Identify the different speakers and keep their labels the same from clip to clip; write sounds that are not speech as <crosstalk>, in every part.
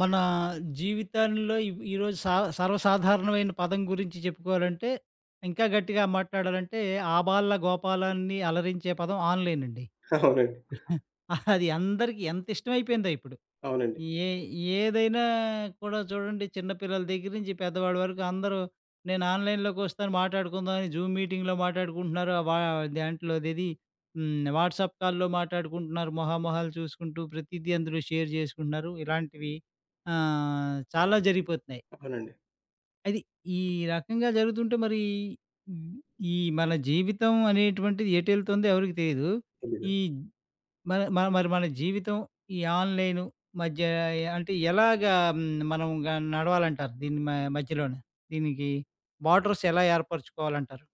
Speaker 1: మన జీవితంలో ఈరోజు సర్వసాధారణమైన పదం గురించి చెప్పుకోవాలంటే, ఇంకా గట్టిగా మాట్లాడాలంటే, ఆబాల గోపాల అని అలరించే పదం ఆన్‌లైన్ అండి.
Speaker 2: అవునండి.
Speaker 1: <laughs> అది అందరికి ఎంత ఇష్టమైపోయిందో ఇప్పుడు.
Speaker 2: అవునండి.
Speaker 1: ఏ ఏదైనా కూడా చూడండి, చిన్న పిల్లల దగ్గర నుంచి పెద్దవాడి వరకు అందరూ నేను ఆన్‌లైన్‌లోకి వస్తాను, మాట్లాడుకుందాం అని జూమ్ మీటింగ్‌లో మాట్లాడుకుంటున్నారు. ఆ వా దాంట్లో అదేది హ్మ్. వాట్సాప్ కాల్‌లో మాట్లాడుకుంటున్నారు. మొహామొహాలు చూసుకుంటూ ప్రతీదీ అందులో షేర్ చేసుకుంటున్నారు. ఇలాంటివి చాలా జరిగిపోతున్నాయి.
Speaker 2: అవునండి.
Speaker 1: అది ఈ రకంగా జరుగుతుంటే, మరి ఈ మన జీవితం అనేటువంటిది ఎటెళ్తుందో ఎవరికీ తెలీదు.
Speaker 2: తెలీదు.
Speaker 1: ఈ మన మ మరి మన జీవితం ఈ ఆన్‌లైను మధ్య అంటే ఎలాగా మనం నడవాలంటారు దీని మధ్యలోన? దీనికి బార్డర్స్ ఎలా ఏర్పరచుకోవాలంటారు?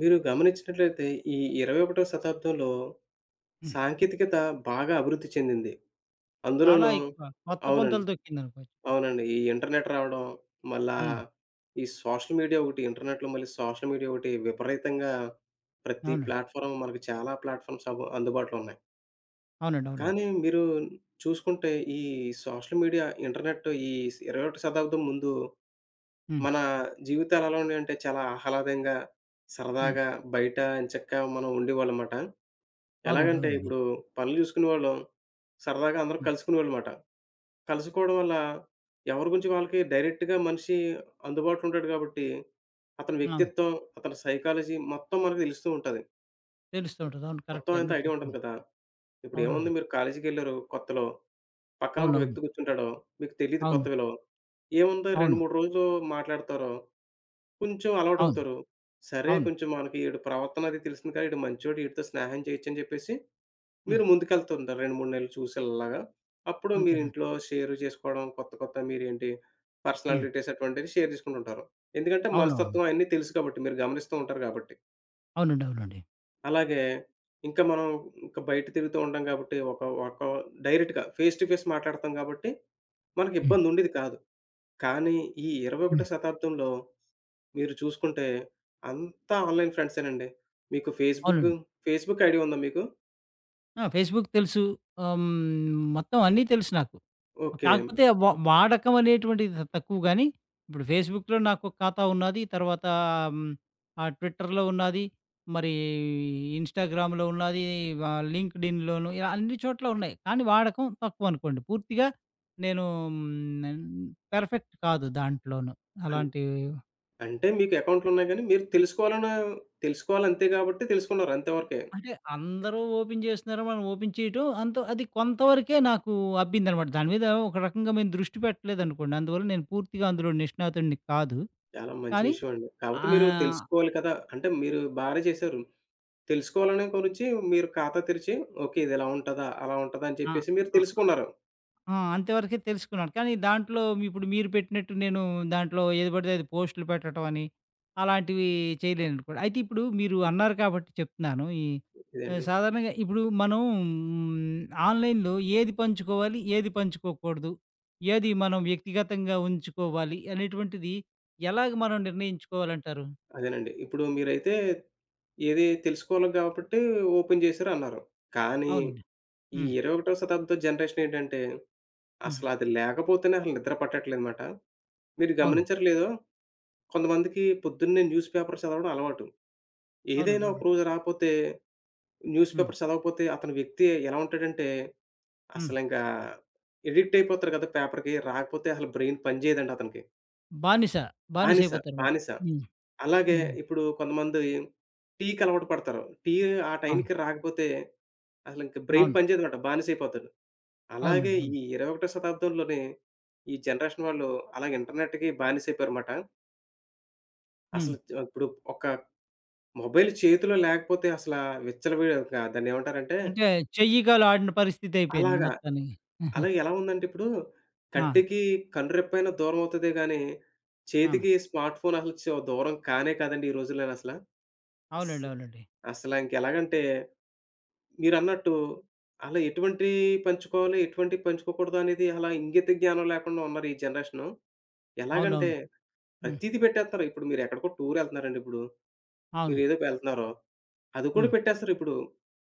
Speaker 2: మీరు గమనించినట్లయితే ఈ 21వ శతాబ్దంలో
Speaker 1: హ్మ్.
Speaker 2: సాంకేతికత బాగా అభివృద్ధి చెందింది.
Speaker 1: చాలా
Speaker 2: అందులోనూ
Speaker 1: ఎక్కువ కొత్త
Speaker 2: అవునండి.
Speaker 1: పుంతలు తొక్కిందనుకోవచ్చు.
Speaker 2: అవునండి. ఈ ఇంటర్నెట్ రావడం, మళ్ళా
Speaker 1: హ్మ్.
Speaker 2: ఈ సోషల్ మీడియా ఒకటి ఇంటర్నెట్‌లో మళ్ళీ సోషల్ మీడియా ఒకటి విపరీతంగా ప్రతి
Speaker 1: అవునండి.
Speaker 2: ప్లాట్‌ఫార్మ్ మనకు చాలా ప్లాట్‌ఫార్మ్స్ అందుబాటులో ఉన్నాయి.
Speaker 1: అవునండి. అవునండి.
Speaker 2: కానీ మీరు చూసుకుంటే ఈ సోషల్ మీడియా, ఇంటర్నెట్ ఈ స్ 21 శతాబ్దం ముందు
Speaker 1: హ్మ్.
Speaker 2: మన జీవితాలు ఎలా ఉన్నాయంటే చాలా ఆహ్లాదంగా,
Speaker 1: హ్మ్.
Speaker 2: సరదాగా బయట ఎంచక్కా మనం ఉండేవాళ్ళమాట.
Speaker 1: అవునండి.
Speaker 2: ఎలాగంటే
Speaker 1: అవునండి.
Speaker 2: ఇప్పుడు పనులు చూసుకునేవాళ్ళం. సరదాగా అందరం
Speaker 1: హ్మ్.
Speaker 2: కలుసుకునేవాళ్ళమాట. కలుసుకోవడం వల్ల ఎవరి గురించి వాళ్ళకి డైరెక్ట్‌గా మనిషి అందుబాటులో ఉంటాడు కాబట్టి, అతని
Speaker 1: అవును.
Speaker 2: వ్యక్తిత్వం, అతని సైకాలజీ మొత్తం మనకు తెలుస్తూ ఉంటది.
Speaker 1: తెలుస్తూ ఉంటది. అవును.
Speaker 2: మొత్తం
Speaker 1: కరెక్టే
Speaker 2: అంతా
Speaker 1: మీరు
Speaker 2: ఐడియా ఉంటుంది
Speaker 1: చెప్పింది.
Speaker 2: కదా! ఇప్పుడు ఏముంది
Speaker 1: అవునండి.
Speaker 2: మీరు కాలేజీకెళ్లారు కొత్తలో. పక్కన ఒక
Speaker 1: అవునవును.
Speaker 2: వ్యక్తి కూర్చుంటాడు. మీకు తెలీదు కొత్త
Speaker 1: అవును.
Speaker 2: విలువ. ఏముంది 2,
Speaker 1: అవును.
Speaker 2: 3 రోజులు మాట్లాడతారు. కొంచెం
Speaker 1: అవును.
Speaker 2: అలవాటవుతారు. సరే
Speaker 1: అవును.
Speaker 2: కొంచెం మనకి ఈడు ప్రవర్తన అది తెలిసింది కదా! ఈడు మంచోడు ఈడితో స్నేహం చేయొచ్చని చెప్పేసి మీరు
Speaker 1: హ్మ్.
Speaker 2: ముందుకెళ్తుంటారు 2, 3 నెలలు చూసి అలాగా. అప్పుడు మీరు
Speaker 1: అంతేనండి.
Speaker 2: ఇంట్లో షేర్ చేసుకోవడం కొత్త, కొత్త మీరేంటి పర్సనల్
Speaker 1: హ్మ్.
Speaker 2: డీటెయిల్స్ అటువంటివి షేర్ చేసుకుంటుంటారు. ఎందుకంటే
Speaker 1: అవునవును.
Speaker 2: మనస్తత్వం అయన్నీ తెలుసు కాబట్టి మీరు గమనిస్తూ ఉంటారు కాబట్టి.
Speaker 1: అవునండి. అవునండి.
Speaker 2: అలాగే ఇంకా మనం ఇంకా బయట తిరుగుతూ ఉంటాం కాబట్టి ఒక ఒక డైరెక్ట్‌గా ఫేస్ టు ఫేస్ మాట్లాడతాం కాబట్టి మనకి
Speaker 1: హ్మ్.
Speaker 2: ఇబ్బంది ఉండేది కాదు. కానీ ఈ
Speaker 1: హ్మ్.
Speaker 2: 21 శతాబ్దంలో మీరు చూసుకుంటే అంతా ఆన్‌లైన్ ఫ్రెండ్సేనండి. మీకు ఫేస్‌బుక్,
Speaker 1: అవునండి.
Speaker 2: ఫేస్‌బుక్ ఐడీ ఉందా మీకు?
Speaker 1: ఆ! ఫేస్‌బుక్ తెలుసు. ఆహ్, హ్మ్, మొత్తం అన్నీ తెలుసు నాకు.
Speaker 2: ఓకే.
Speaker 1: కాకపోతే వాడకం అనేటువంటిది తక్కువ గానీ, ఇప్పుడు ఫేస్‌బుక్‌లో నాకొక ఖాతా ఉన్నాది. తర్వాత హ్మ్, ట్విట్టర్‌లో ఉన్నాది. మరి ఇన్‌స్టాగ్రామ్‌లో ఉన్నాది. లింక్డ్‌ఇన్‌లోను, ఇలా అన్ని చోట్ల ఉన్నాయి. కానీ వాడకం తక్కువనుకోండి. పూర్తిగా నేను పెర్ఫెక్ట్ కాదు దాంట్లోను.
Speaker 2: అన్
Speaker 1: అలాంటివి.
Speaker 2: అంటే మీకు అకౌంట్‌లున్నాయి గానీ, మీరు తెలుసుకోవాలనే తెలుసుకోవాలంతే కాబట్టి తెలుసుకున్నారు అంతే వరకే.
Speaker 1: అంటే అందరూ ఓపెన్ చేస్తున్నారు. మనం ఓపెన్ చేయటం అంత అది కొంతవరకే నాకు అబ్బిందనమాట. దాని మీద ఒక రకంగా మేము దృష్టి పెట్టలేదనుకోండి. అందువల్ల నేను పూర్తిగా అందులో నిష్ణాతుడిని కాదు.
Speaker 2: చాలా మంచి
Speaker 1: కానీ
Speaker 2: విషయం అండి. కాపోతే మీరు
Speaker 1: ఆహ్,
Speaker 2: తెలుసుకోవాలి కదా! అంటే మీరు బానే చేశారు. తెలుసుకోవాలనే గురించి మీరు ఖాతా తెరిచి, ఓకే. ఇది ఇలా ఉంటదా? అలా ఉంటదా? అని
Speaker 1: ఆ!
Speaker 2: చెప్పేసి మీరు
Speaker 1: ఆ!
Speaker 2: తెలుసుకున్నారు.
Speaker 1: ఆ! అంతవరకే తెలుసుకున్నాను. కానీ దాంట్లో ఇప్పుడు మీరు పెట్టినట్టు నేను దాంట్లో ఏది పడితే అది పోస్టులు పెట్టడం అని, అలాంటివి చేయలేననుకోండి. అయితే ఇప్పుడు మీరు అన్నారు కాబట్టి చెప్తున్నాను.
Speaker 2: ఇదండి.
Speaker 1: సాధారణంగా ఇప్పుడు మనం ఆన్‌లైన్‌లో ఏది పంచుకోవాలి, ఏది పంచుకోకూడదు, ఏది మనం వ్యక్తిగతంగా ఉంచుకోవాలి అనేటువంటిది ఎలాగ మనం నిర్ణయించుకోవాలంటారు?
Speaker 2: అదేనండి. ఇప్పుడు మీరైతే ఏది తెలుసుకోవాలి కాబట్టి ఓపెన్ చేశారు అన్నారు. కానీ
Speaker 1: అవునండి.
Speaker 2: ఈ
Speaker 1: హ్మ్.
Speaker 2: 21వ శతాబ్దం జనరేషన్ ఏంటంటే,
Speaker 1: హ్మ్.
Speaker 2: అసలది లేకపోతేనే అసలు నిద్ర పట్టట్లేదు మాట. మీరు
Speaker 1: అవును.
Speaker 2: గమనించారో లేదో, కొంతమందికి పొద్దున్నే న్యూస్ పేపర్ చదవడం అలవాటు.
Speaker 1: అవునండి.
Speaker 2: ఏదైనా ఒక
Speaker 1: అవును.
Speaker 2: రోజు రాపోతే, న్యూస్
Speaker 1: హ్మ్.
Speaker 2: పేపర్ చదవకపోతే అతని వ్యక్తి ఎలా ఉంటాడంటే,
Speaker 1: హ్మ్.
Speaker 2: అసలింకా ఎడిక్ట్ అయిపోతారు కదా పేపర్‌కి. రాకపోతే అసలు బ్రెయిన్ పని చేయదండి అతనికి.
Speaker 1: బానిస. బానిస
Speaker 2: బానిస,
Speaker 1: అయిపోతారన్నమాట.
Speaker 2: బానిస.
Speaker 1: హ్మ్.
Speaker 2: అలాగే
Speaker 1: హ్మ్.
Speaker 2: ఇప్పుడు కొంతమంది టీకి అలవాటు పడతారు. టీ ఆ
Speaker 1: అవును.
Speaker 2: టైంకి రాకపోతే అసలింక బ్రెయిన్
Speaker 1: అవును.
Speaker 2: పని చేయదనమాట. బానిసైపోతాడు. అలాగే
Speaker 1: అవునండి. అవును.
Speaker 2: ఈ 21 శతాబ్దంలోనే ఈ జనరేషన్ వాళ్ళు అలాగే ఇంటర్నెట్‌కి బానిసైపోయారమాట.
Speaker 1: హ్మ్.
Speaker 2: అసలు చ్ ఇప్పుడు ఒక మొబైల్ చేతిలో లేకపోతే అసలా విచ్చలవిడి ఒక దాన్నేమంటారంటే
Speaker 1: అంటే చెయ్యికాలు ఆడిన పరిస్థితయిపోయింది
Speaker 2: అలాగా.
Speaker 1: మొత్తానికి.
Speaker 2: అలాగే ఎలా ఉందంటే ఇప్పుడు
Speaker 1: ఆ!
Speaker 2: కంటికి కనురెప్పైనా దూరమవుతదే గానీ,
Speaker 1: అవును.
Speaker 2: చేతికి స్మార్ట్ ఫోన్ అసలు దూరం కానే కాదండి ఈ రోజుల్లోనసల. అస్
Speaker 1: అవునండి. అవునండి.
Speaker 2: అసలా ఇంకెలాగంటే మీరన్నట్టు అలా ఎటువంటియి పంచుకోవాలి, ఎటువంటియి పంచుకోకూడదు అనేది అలా ఇంగిత జ్ఞానం లేకుండా ఉన్నారు ఈ జనరేషను. ఎలాగంటే
Speaker 1: అవునవును. హ్మ్.
Speaker 2: ప్రతీది పెట్టేత్తరు. ఇప్పుడు మీరెక్కడికో టూరెళ్తున్నారండిప్పుడు.
Speaker 1: అవును.
Speaker 2: మీరేదో వెళ్తున్నారో, అది కూడా
Speaker 1: హ్మ్.
Speaker 2: పెట్టేస్తారిప్పుడు.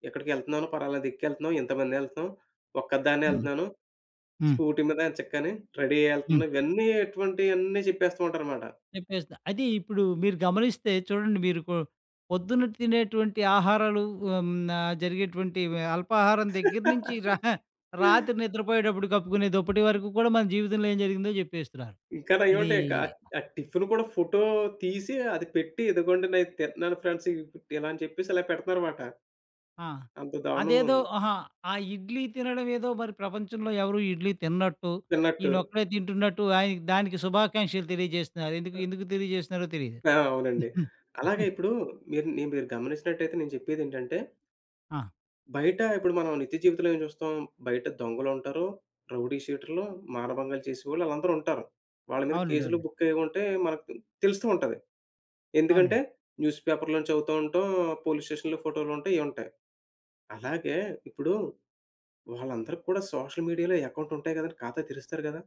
Speaker 2: ఎక్కడికెళ్తున్నానో పలానా దిక్కెళ్తున్నాం, ఇంతమందెళ్తున్నాం, ఒక్కదాన్నే
Speaker 1: హ్మ్.
Speaker 2: ఎళ్తున్నాను,
Speaker 1: హ్మ్.
Speaker 2: స్కూటీ మీద చక్కని రెడీ అయ్యి
Speaker 1: హ్మ్.
Speaker 2: ఎళ్తున్నాను. ఇవన్నీ ఎటువంటియన్నీ చెప్పేస్తూ ఉంటారనమాట.
Speaker 1: చెప్పేస్తా. అది ఇప్పుడు మీరు గమనిస్తే చూడండి, మీరు కొ పొద్దున తినేటువంటి ఆహారాలు, ఆహ్, హ్మ్. జరిగేటువంటి అల్పాహారం దగ్గర నుంచి రాత్రి నిద్రపోయేటప్పుడు కప్పుకునే దుప్పటి వరకు కూడా మన జీవితంలో ఏం జరిగిందో జెప్పేస్తున్నారు.
Speaker 2: ఇంకా
Speaker 1: ఇది.
Speaker 2: నయమండి ఇంకా ఆ టిఫిన్ కూడా ఫోటో తీసి అది పెట్టి, ఇదిగోండి నేను తింటున్నాను ఫ్రెండ్స్ ఇ ఇలా అని చెప్పేసి ఇలా పెడతన్నారమాట.
Speaker 1: ఆ!
Speaker 2: అంత దారుణంగా
Speaker 1: అదేదో
Speaker 2: ఉంది.
Speaker 1: అహా! ఆ ఇడ్లీ తినడం ఏదో, మరి ప్రపంచంలో ఎవరు ఇడ్లీ తిననట్టు,
Speaker 2: తిన్నట్టు.
Speaker 1: ఈయనొక్కడే తింటున్నట్టు ఆయనకి దానికి శుభాకాంక్షలు తెలియజేస్తున్నారు. ఎందుకు ఎందుకు తెలియజేస్తున్నారో తెలీదు.
Speaker 2: ఆ! అవునండి. అలాగే
Speaker 1: <laughs>
Speaker 2: ఇప్పుడు మీరు గమనించినట్టయితే నేను చెప్పేదేంటంటే
Speaker 1: ఆ!
Speaker 2: బయట ఇప్పుడు మనం నిత్య జీవితంలో ఏం చూస్తాం? బయట దొంగలుంటారు, రౌడీ షీటర్లు, మానభంగాలు చేసేవాళ్ళు ఆళ్ళందరూ ఉంటారు. వాళ్ళ మీద
Speaker 1: అవునండి.
Speaker 2: కేసులు
Speaker 1: అవునండి.
Speaker 2: బుక్ అయ్యి ఉంటే మనకు తెలుస్తూ ఉంటది. ఎందుకంటే
Speaker 1: అవునండి.
Speaker 2: న్యూస్ పేపర్‌లోని చదువుతూ ఉంటాం, పోలీస్ స్టేషన్‌లో ఫోటోలు ఉంటాయి, ఇయుంటాయి. అలాగే ఇప్పుడు వాళ్ళందరికి కూడా సోషల్ మీడియాలో అకౌంట్ ఉంటాయి కదండీ! ఖాతా తెరుస్తారు కదా!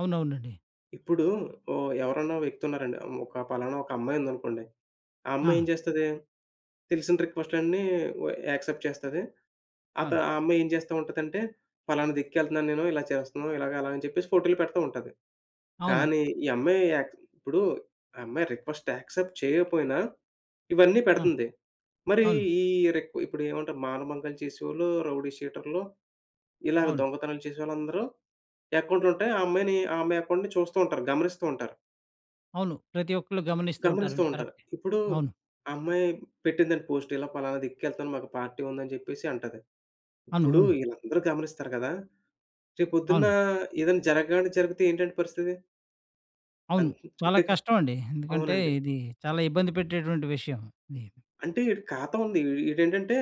Speaker 1: అవునవునండి.
Speaker 2: ఇప్పుడు ఓ ఎవరన్నా వ్యక్తి ఉన్నారండి. ఒక పలానా ఒక అమ్మాయి ఉందనుకోండి. ఆ
Speaker 1: ఆ!
Speaker 2: అమ్మాయేం చేస్తది, తెలిసిన రిక్వెస్ట్‌లన్నీ వ యాక్సెప్ట్ చేస్తది.
Speaker 1: అవును.
Speaker 2: ఆ అమ్మాయి ఏం చేస్తా ఉంటదంటే, "పలానా దిక్కెళ్తున్నాను నేను, ఇలా చేస్తున్నాను, ఇలాగ అలా" అని చెప్పేసి ఫోటోలు పెడతా ఉంటది.
Speaker 1: అవును.
Speaker 2: కానీ ఈ అమ్మాయి యాక్ ఇప్పుడు ఆ అమ్మాయి రిక్వెస్ట్ యాక్సెప్ట్ చేయకపోయినా, ఇవన్నీ
Speaker 1: ఆ!
Speaker 2: పెడుతుంది. మరి
Speaker 1: అవును.
Speaker 2: ఈ ఇప్పుడు ఏమంటారు మానభంగాలు చేసేవాళ్ళు, రౌడీ షీటర్లు, ఇలాగ
Speaker 1: అవును.
Speaker 2: దొంగతనాలు చేసేవాళ్ళందరూ అకౌంట్‌లుంటాయి. ఆ అమ్మాయి అకౌంట్‌ని చూస్తూ ఉంటారు, గమనిస్తూ ఉంటారు.
Speaker 1: అవును. ప్రతి ఒక్కళ్ళు గమనిస్తూ
Speaker 2: గమనిస్తూ
Speaker 1: ఉంటారండి.
Speaker 2: ఉంటారు.
Speaker 1: కరెక్టే.
Speaker 2: ఇప్పుడు
Speaker 1: అవును.
Speaker 2: ఆ అమ్మాయి పెట్టిందండి పోస్ట్ ఇలా పలానా దిక్కెళ్తాను మాకు పార్టీ ఉందని జెప్పేసి అంటది.
Speaker 1: అవును.
Speaker 2: ఇప్పుడు
Speaker 1: అవును.
Speaker 2: ఈళ్ళందరూ గమనిస్తారు గదా! రేపొద్దున్న
Speaker 1: అవును.
Speaker 2: ఏదైనా జరిగితే ఏంటంటే పరిస్థితి? అం
Speaker 1: అవును. చాలా
Speaker 2: అంతేగా
Speaker 1: కష్టమండి. ఎందుకంటే
Speaker 2: అవునండి.
Speaker 1: ఇది చాలా ఇబ్బంది పెట్టేటువంటి విషయం. ఇది.
Speaker 2: అంటే ఈడు ఖాతా ఉంది. ఈడేంటంటే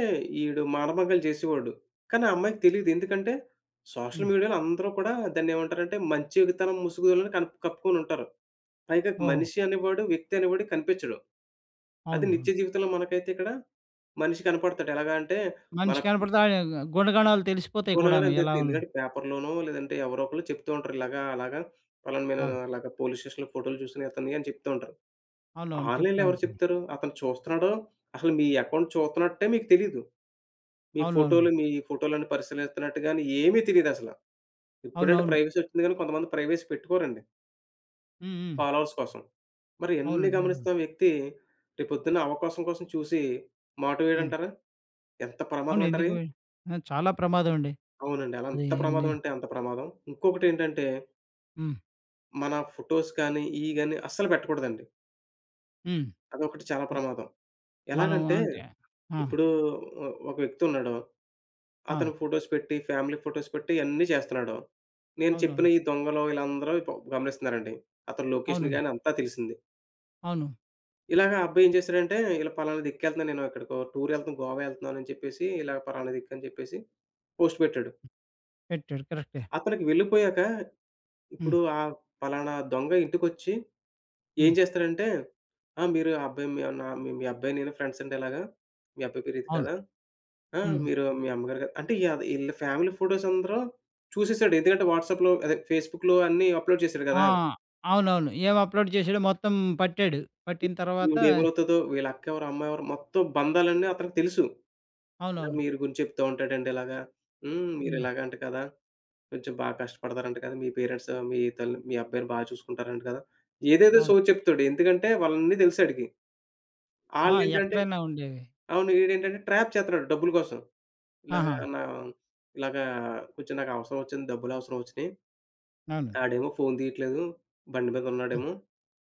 Speaker 2: ఈడు మానభంగాలు జేసేవాడు. కానీ ఆ అమ్మాయికి తెలీదు. ఎందుకంటే సోషల్
Speaker 1: హ్మ్.
Speaker 2: మీడియాలో అందరూ కూడా దాన్నేమంటారంటే మంచితనం ముసుగులోనే కప్పుకొనుంటారు. పైగా
Speaker 1: ఓహో!
Speaker 2: మనిషి అనేవాడు, వ్యక్తి అనేవాడు కనిపించడు. అది
Speaker 1: అవును.
Speaker 2: నిత్య
Speaker 1: అవును.
Speaker 2: జీవితంలో మనకైతే ఇక్కడ మనిషి కనపడతాడు. ఎలాగా అంటే మన
Speaker 1: మనిషి కనపడితే ఆ గుణగణాలు తెలిసిపోతాయి కూడాను.
Speaker 2: గుణగణాలు
Speaker 1: ఎలా
Speaker 2: తెలుస్తాయి.
Speaker 1: ఉన్
Speaker 2: ఎందుకంటే పేపర్‌లోనో లేదంటే ఎవరో ఒకళ్ళు చెప్తూ ఉంటారు. ఇలాగా, అలాగా పలానా నేను
Speaker 1: అవును.
Speaker 2: అలాగా పోలీస్ స్టేషన్‌లో ఫోటోలు చూసాను ఇతన్ని అని చెప్తూ ఉంటారు.
Speaker 1: అవునవును. చెప్తా
Speaker 2: ఆన్‌లైన్‌లో ఎవరు
Speaker 1: ఉంటాను.
Speaker 2: చెప్తారు? అతను చూస్తున్నాడో అసలు మీ అకౌంట్ చూస్తున్నట్టే మీకు తెలీదు.
Speaker 1: అవునవునండి.
Speaker 2: మీ ఫోటోలన్నీ పరిశీలిస్తున్నట్టు గాని ఏమీ తెలీదసల. ఇప్పుడంటే
Speaker 1: అవునవును.
Speaker 2: ప్రైవసీ వచ్చింది గానీ కొంతమంది ప్రైవసీ పెట్టుకోరండి
Speaker 1: హ్మ్. హ్మ్.
Speaker 2: ఫాలోవర్స్ కోసం. మరి ఇయన్నీ
Speaker 1: అవునండి. అవునండి.
Speaker 2: గమనిస్తున్న వ్యక్తి రేపొద్దున్న అవకాశం కోసం చూసి మాటు
Speaker 1: హ్మ్.
Speaker 2: వేయడంటారా? ఎంత ప్రమాదం
Speaker 1: అవును.
Speaker 2: అంటారా?
Speaker 1: ఆ! చాలా ప్రమాదం అండి.
Speaker 2: అవునండి. అలా
Speaker 1: అది
Speaker 2: అంత
Speaker 1: నే
Speaker 2: ప్రమాదం అంటే అంత ప్రమాదం. ఇంకొకటేంటంటే
Speaker 1: హ్మ్.
Speaker 2: మన ఫోటోస్ కానీ, ఇయి గాని అస్సలు పెట్టకూడదండి.
Speaker 1: హ్మ్.
Speaker 2: అదొకటి చాలా
Speaker 1: హ్మ్.
Speaker 2: ప్రమాదం.
Speaker 1: మనం
Speaker 2: ఎలాగంటే,
Speaker 1: అంటే ఆ!
Speaker 2: ఇప్పుడు ఒక వ్యక్తి ఉన్నాడు.
Speaker 1: ఆ!
Speaker 2: అతను ఫోటోస్ పెట్టి, ఫ్యామిలీ ఫోటోస్ పెట్టి అన్నీ చేస్తున్నాడు. నేను చెప్పిన
Speaker 1: అవునవును.
Speaker 2: ఈ దొంగలు వీళ్ళందరూ గమనిస్తున్నారండి. అతని లొకేషన్
Speaker 1: అవునండి.
Speaker 2: గాని అంతా తెలిసింది.
Speaker 1: అవును.
Speaker 2: ఇలాగ ఆ అబ్బాయి ఏం చేశాడంటే, ఇలా పలానా దిక్కెళ్తున్నాను నేను ఎక్కడికో టూర్ ఎళ్తున్నాను, గోవా ఎళ్తున్నాను అని చెప్పేసి, ఇలా పలానా దిక్కు అని చెప్పేసి పోస్ట్ పెట్టాడు.
Speaker 1: పెట్టాడు. కరెక్టే.
Speaker 2: అతనికి వెళ్ళిపోయాక
Speaker 1: హ్మ్.
Speaker 2: ఇప్పుడు ఆ పలానా దొంగ ఇంటికొచ్చి ఏం
Speaker 1: హ్మ్.
Speaker 2: చేస్తారంటే, "ఆ! మీరు ఆ అబ్బాయి మీ నా మీ మీ అబ్బాయి నేను ఫ్రెండ్స్ అండి ఇలాగా. మీ అబ్బాయి పేరు ఇది
Speaker 1: అవును.
Speaker 2: కదా! ఆ!
Speaker 1: హ్మ్.
Speaker 2: మీరు మీ అమ్మగారు కదా" అంటే ఈళ్ళ ఫ్యామిలీ ఫోటోస్ అందరూ చూసేసాడు. ఎందుకంటే వాట్సాప్‌లో అదే ఫేస్‌బుక్‌లో అన్నీ అప్‌లోడ్ చేసాడు
Speaker 1: ఆ!
Speaker 2: కదా!
Speaker 1: అవునవును. ఏం అప్‌లోడ్ చేశాడో మొత్తం పట్టాడు. పట్టిన తర్వాత
Speaker 2: ఈవిడ ఏమవుతదో, వీళ్ళ అక్క ఎవరు, అమ్మ ఎవరు మొత్తం బంధాలన్నీ అతనికి తెలుసు. ఇలా
Speaker 1: అవునవును.
Speaker 2: మీరు గురించి చెప్తూ ఉంటాడండి ఇలాగా. హ్మ్. మీరు
Speaker 1: హ్మ్.
Speaker 2: ఇలాగంట కదా! కొంచెం బాగా కష్టపడతారంట కదా! మీ పేరెంట్స్ మీ తల్లి మీ అబ్బాయిని బాగా చూసుకుంటారంట కదా! ఏదేదో
Speaker 1: అవును.
Speaker 2: సోది చెప్తాడు. ఎందుకంటే వాళ్ళన్నీ తెలుసాడికి.
Speaker 1: ఆ!
Speaker 2: ఆళ్ళేంటంటే
Speaker 1: ఎక్కడైనా ఉండేవి.
Speaker 2: అవును. ఈడేంటంటే ట్రాప్ చేత్తన్నాడు డబ్బుల కోసం. ఇలాగా
Speaker 1: ఆహా!
Speaker 2: నా ఇలాగా కొంచెం నాకవసరం ఒచ్చింది. డబ్బులవసరం ఒచ్చినియి.
Speaker 1: అవును.
Speaker 2: ఆడేమో ఫోను తీయట్లేదు. బండి మీద
Speaker 1: హ్మ్.
Speaker 2: ఉన్నాడేమో.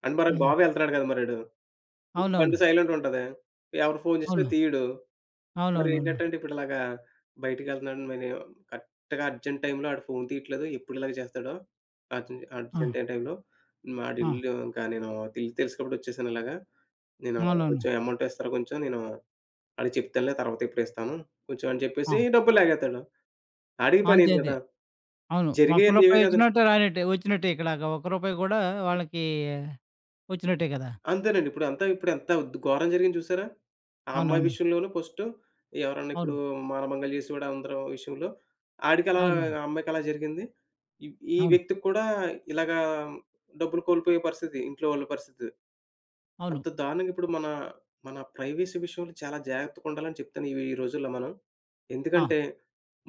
Speaker 2: అంటే మరి
Speaker 1: హ్మ్.
Speaker 2: గోవా వెళ్తున్నాడు గదా! మరీడు. బండి
Speaker 1: అవునవును.
Speaker 2: సైలెంట్ ఉంటది. ఎవరు ఫోను చేసినా
Speaker 1: అవును.
Speaker 2: తీయడు.
Speaker 1: అవునవునవును.
Speaker 2: మరేంటంటే ఇప్పుడు ఇలాగా బయటికెళ్తున్నాడు మరి కరెక్ట్‌గా అర్జెంట్ టైమ్‌లో ఆడు ఫోను తీయట్లేదు. ఎప్పుడు ఇలాగ చేస్తాడో
Speaker 1: ఆ!
Speaker 2: అర్జెంట్ అయిన టైమ్‌లో
Speaker 1: ఆ!
Speaker 2: ఆడిల్లు ఇంకా నేను తెలిసినప్పుడొచ్చేసాను ఇలాగా. నేను
Speaker 1: అవునవును.
Speaker 2: కొంచెం అమౌంట్ ఇస్తారా కొంచెం నేను ఆడికి చెప్తానులే తర్వాత ఎప్పుడిస్తాను కొంచెం అని
Speaker 1: ఆ!
Speaker 2: చెప్పేసి డబ్బులు లాగేత్తాడు. ఆడికి
Speaker 1: అంతే.
Speaker 2: పనేంటి
Speaker 1: అంతే.
Speaker 2: కదా!
Speaker 1: అవును. రూ.
Speaker 2: జరిగేయంది ఇవే
Speaker 1: 1
Speaker 2: కదండీ.
Speaker 1: వచ్చినట్టే రానట్టే వచ్చినట్టే ఇక్కడాక ₹1 కూడా వాళ్ళకి వచ్చినట్టే కదా!
Speaker 2: అంతేనండి. ఇప్పుడు అంతా ఇప్పుడు ఎంత ఘోరం జరిగింది చూసారా? ఆ అమ్మాయి
Speaker 1: అవునవును.
Speaker 2: విషయంలోనూ ఫస్టు ఎవరన్నా ఇప్పుడు
Speaker 1: అవును.
Speaker 2: మానభంగాలు చేసేవాడు అందరం విషయంలో ఆడికలా
Speaker 1: అవునవును.
Speaker 2: ఆ అమ్మాయికలా జరిగింది. ఈ ఈ
Speaker 1: అవును.
Speaker 2: వ్యక్తికి కూడా ఇలాగా డబ్బులు కోల్పోయే పరిస్థితి, ఇంట్లో వాళ్ళ పరిస్థితి.
Speaker 1: అవును.
Speaker 2: అంత దారుణంగా ఇప్పుడు మన ప్రైవసీ విషయంలో చాలా జాగ్రత్తగుండాలని చెప్తాను ఇవి ఈ రోజుల్లో మనం.
Speaker 1: ఆ!
Speaker 2: ఎందుకంటే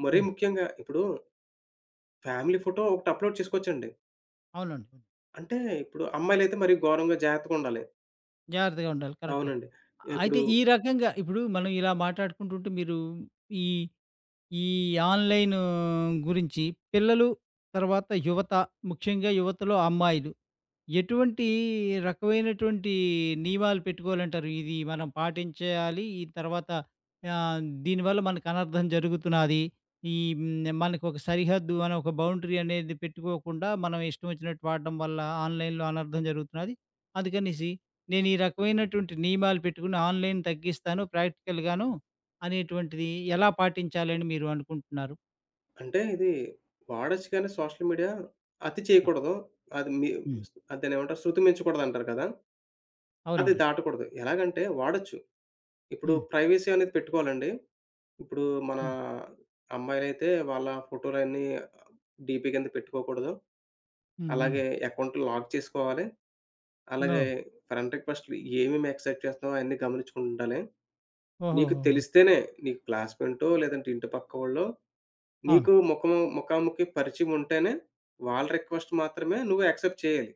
Speaker 2: మరీ
Speaker 1: హ్మ్.
Speaker 2: ముఖ్యంగా ఇప్పుడు ఫ్యామిలీ ఫోటో ఒకటి అప్‌లోడ్ చేసుకోవచ్చండి.
Speaker 1: అవునండి.
Speaker 2: అంటే ఇప్పుడు అమ్మాయిలైతే మరి ఘోరంగా జాగ్రత్తగుండాలి.
Speaker 1: జాగ్రత్తగా ఉండాలి. కరెక్టే.
Speaker 2: అవునండి. ఇప్పుడు
Speaker 1: అయితే ఈ రకంగా ఇప్పుడు మనం ఇలా మాట్లాడుకుంటుంటే మీరు ఈ, ఈ ఆన్‌లైన్ గురించి పిల్లలు, తర్వాత యువత, ముఖ్యంగా యువతలో అమ్మాయిలు ఎటువంటి రకమైనటువంటి నియమాలు పెట్టుకోవాలంటారు? ఇది మనం పాటించేయాలి. ఈ తర్వాత ఆహ్, దీనివల్ల మనకు అనర్థం జరుగుతున్నది. ఈ హ్మ్. మనకు ఒక సరిహద్దు అనే ఒక బౌండరీ అనేది పెట్టుకోకుండా మనం ఇష్టం వచ్చినట్టు వాడడం వల్ల ఆన్‌లైన్‌లో అనర్థం జరుగుతున్నది. అందుకనేసి నేను ఈ రకమైనటువంటి నియమాలు పెట్టుకొని ఆన్‌లైన్ తగ్గిస్తాను, ప్రాక్టికల్‌గాను అనేటువంటిది ఎలా పాటించాలని మీరు అనుకుంటున్నారు?
Speaker 2: అంటే ఇది వాడొచ్చు కానీ సోషల్ మీడియా అతి చేయకూడదు. అది మీ
Speaker 1: హ్మ్.
Speaker 2: దాన్నేమంటారు శృతిమించకూడదంటారు కదా! అది
Speaker 1: అవునండి.
Speaker 2: దాటకూడదు. ఎలాగంటే వాడొచ్చు. ఇప్పుడు
Speaker 1: హ్మ్.
Speaker 2: ప్రైవసీ అనేది పెట్టుకోవాలండి. ఇప్పుడు మన
Speaker 1: హ్మ్.
Speaker 2: అమ్మాయిలైతే వాళ్ళ ఫోటోలన్నీ డీపీ కింద పెట్టుకోకూడదు.
Speaker 1: హ్మ్. హ్మ్.
Speaker 2: అలాగే అకౌంట్ లాక్ చేసుకోవాలి. అలాగే
Speaker 1: ఓహ్!
Speaker 2: ఫ్రెండ్ రిక్వెస్ట్‌లు ఏమేమి యాక్సెప్ట్ చేస్తున్నామో అయన్నీ గమనించుకుంటుండాలి. నీకు
Speaker 1: ఓహోహోహో!
Speaker 2: తెలిస్తేనే నీకు క్లాస్‌మెంటో లేదంటే ఇంటి పక్కవాళ్ళో
Speaker 1: ఆ!
Speaker 2: నీకు ముఖాముఖి పరిచయం ఉంటేనే వాళ్ళ రిక్వెస్ట్ మాత్రమే నువ్వు యాక్సెప్ట్ చేయాలి.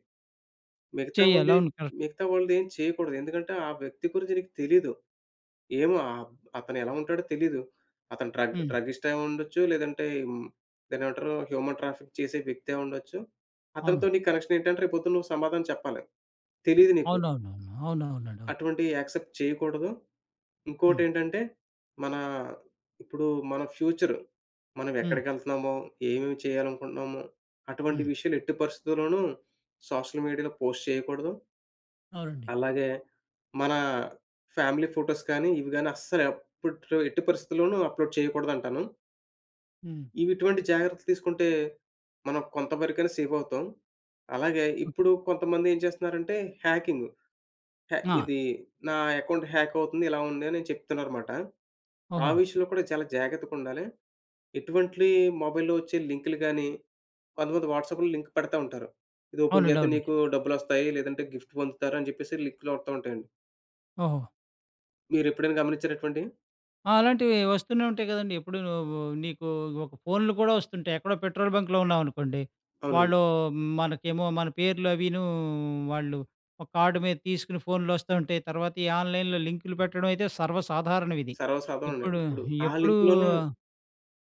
Speaker 2: మిగతా
Speaker 1: చెయ్యాలి.
Speaker 2: వాళ్ళది
Speaker 1: అవును. కరెక్ట్.
Speaker 2: మిగతా వాళ్ళది ఏం చేయకూడదు. ఎందుకంటే ఆ వ్యక్తి గురించి నీకు తెలీదు. ఏమో అతను ఎలా ఉంటాడో తెలీదు. అతను
Speaker 1: హ్మ్.
Speaker 2: డ్రగ్గిస్ట్ అయి ఉండొచ్చు. లేదంటే దాన్నేమంటారు హ్యూమన్ ట్రాఫిక్ చేసే వ్యక్తి అయి ఉండొచ్చు. అతనితో
Speaker 1: అవును.
Speaker 2: నీ కనెక్షన్ ఏంటంటే రేపు పొద్దున నువ్వు సమాధానం చెప్పాలి. తెలీదు నీకు.
Speaker 1: అవునవునవును. అవునవునండి. అవును.
Speaker 2: అటువంటివి యాక్సెప్ట్ చేయకూడదు.
Speaker 1: హ్మ్.
Speaker 2: ఇంకోటేంటంటే, మన ఇప్పుడు మన ఫ్యూచర్ మనం
Speaker 1: హ్మ్.
Speaker 2: ఎక్కడికెళ్తున్నామో, ఏమేమి చేయాలనుకుంటున్నామో, అటువంటి
Speaker 1: హ్మ్.
Speaker 2: విషయాలు ఎట్టి పరిస్థితుల్లోనూ సోషల్ మీడియాలో పోస్ట్ చేయకూడదు.
Speaker 1: అవునండి.
Speaker 2: అలాగే మన ఫ్యామిలీ ఫోటోస్ కానీ, ఇవి గాని అస్సలు ఎప్పట్లో ఎట్టి పరిస్థితుల్లోనూ అప్‌లోడ్ చేయకూడదంటాను.
Speaker 1: హ్మ్.
Speaker 2: ఇవి ఇటువంటి జాగ్రత్తలు తీసుకుంటే మనం కొంతవరకైనా సేఫ్ అవుతాం. అలాగే
Speaker 1: ఓకే.
Speaker 2: ఇప్పుడు కొంతమంది ఏం చేస్తున్నారంటే హ్యాకింగ్.
Speaker 1: ఆ!
Speaker 2: ఇది నా అకౌంట్ హ్యాక్ అవుతుంది ఇలా ఉంది అని చెప్తున్నారన్నమాట. ఆ
Speaker 1: ఓహో!
Speaker 2: విషయంలో కూడా చాలా జాగ్రత్తగుండాలి. ఎటువంటి మొబైల్‌లో వచ్చే లింకులు గాని, కొంతమంది వాట్సాప్‌లో లింక్ పెడతా ఉంటారు. ఇది ఓపెన్
Speaker 1: అవునండి.
Speaker 2: చేస్తే
Speaker 1: అవునండి.
Speaker 2: నీకు డబ్బులొస్తాయి, లేదంటే గిఫ్ట్ పొందుతారు అని చెప్పేసి లింకులు వస్తా ఉంటాయండి.
Speaker 1: ఓహో!
Speaker 2: మీరెప్పుడైనా గమనించారా అటువంటియి?
Speaker 1: ఆ! అలాంటివి వస్తూనే ఉంటాయి కదండీ. ఎప్పుడూను నీకు ఒక ఫోన్‌లు కూడా వస్తుంటాయి. ఎక్కడో పెట్రోల్ బంక్‌లో ఉన్నామనుకోండి.
Speaker 2: అవునండి.
Speaker 1: వాళ్ళు మనకేమో మన పేర్లు వాళ్ళు ఒక కార్డ్ మీద తీసుకుని ఫోన్‌లు వస్తూ ఉంటాయి. తర్వాత ఈ ఆన్‌లైన్‌లో లింకులు పెట్టడం అయితే సర్వసాధారణం ఇది.
Speaker 2: సర్వసాధారణమే.
Speaker 1: ఎప్పుడు
Speaker 2: ఆ
Speaker 1: ఎప్పుడూ
Speaker 2: లింక్‌లోనే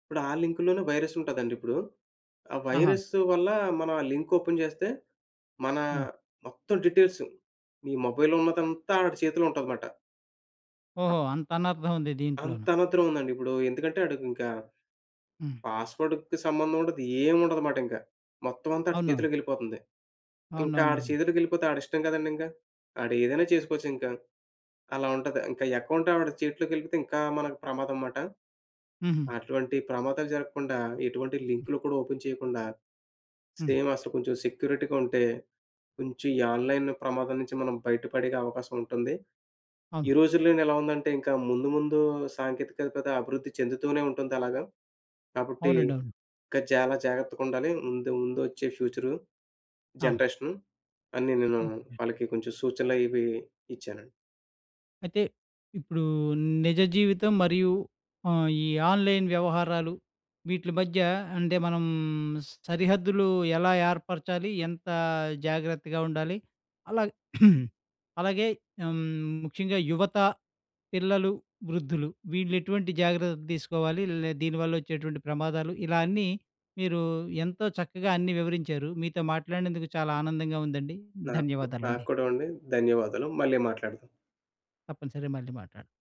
Speaker 2: ఇప్పుడు ఆ లింక్‌లోనే వైరస్ ఉంటదండి ఇప్పుడు. ఆ
Speaker 1: ఆహా!
Speaker 2: వైరస్ వల్ల మనం ఆ లింక్ ఓపెన్ చేస్తే, మన
Speaker 1: హ్మ్.
Speaker 2: మొత్తం డీటెయిల్స్ మీ మొబైల్‌లో ఉన్నదంతా ఆడి చేతిలో ఉంటదమాట.
Speaker 1: ఓహో! అంత అనర్థం ఉంది దీంట్లోను.
Speaker 2: అంత అనాధరం ఉందండి ఇప్పుడు. ఎందుకంటే ఆడికింకా
Speaker 1: హ్మ్.
Speaker 2: పాస్‌వర్డ్‌కి సంబంధం ఉండదు. ఏముండదు మాటింక. మొత్తం అంతా ఆడి
Speaker 1: అవును.
Speaker 2: చేతిలోకెళ్ళిపోతుంది. ఇంకా ఆడి
Speaker 1: అవునవునవును.
Speaker 2: చేతిలోకెళ్ళిపోతే ఆడిష్టం కదండీ ఇంక. ఆడేదైనా చేసుకోవచ్చింక. అలా ఉంటది. ఇంకా అకౌంట్ ఆవిడ చేతిలోకెళ్ళిపోతే ఇంకా మనకు ప్రమాదం మాట.
Speaker 1: హుహు.
Speaker 2: అటువంటి ప్రమాదాలు జరగకుండా ఎటువంటి లింకులు కూడా ఓపెన్ చేయకుండా
Speaker 1: హ్మ్.
Speaker 2: సేమ్ అసలు కొంచెం సెక్యూరిటీగా ఉంటే కొంచెం ఈ ఆన్‌లైన్ ప్రమాదం నుంచి మనం బయటపడే అవకాశం ఉంటుంది.
Speaker 1: అవును.
Speaker 2: ఈ రోజుల్లోనే ఎలా ఉందంటే ఇంకా ముందు ముందు సాంకేతికత అభివృద్ధి చెందుతూనే ఉంటుంది అలాగా. కాబట్టి
Speaker 1: అవునండి. అవును.
Speaker 2: ఇంకా చాలా జాగ్రత్తగుండాలి. ముందు ముందు వచ్చే ఫ్యూచరు.
Speaker 1: ఆ!
Speaker 2: జనరేషను. అన్నీ నేను
Speaker 1: ఓకే.
Speaker 2: వాళ్ళకి కొంచెం సూచనలు ఇవి ఇచ్చానండి.
Speaker 1: అయితే ఇప్పుడు నిజ జీవితం మరియు ఈ ఆన్‌లైన్ వ్యవహారాలు వీట్లి మధ్య అంటే మనం సరిహద్దులు ఎలా ఏర్పరచాలి? ఎంత జాగ్రత్తగా ఉండాలి? అలా <clears throat> అలాగే హ్మ్, ముఖ్యంగా యువత, పిల్లలు, వృద్ధులు వీళ్ళెటువంటి జాగ్రత్తలు తీసుకోవాలి? దీనివల్లొచ్చేటువంటి ప్రమాదాలు, ఇలా అన్నీ మీరు ఎంతో చక్కగా అన్నీ వివరించారు. మీతో మాట్లాడినందుకు చాలా ఆనందంగా ఉందండి.
Speaker 2: నాకు నాకు
Speaker 1: ధన్యవాదాలండి.
Speaker 2: కూడా అండి ధన్యవాదాలు. మళ్ళీ మాట్లాడదాం.
Speaker 1: తప్పనిసరిగా మళ్ళీ మాట్లాడదాం.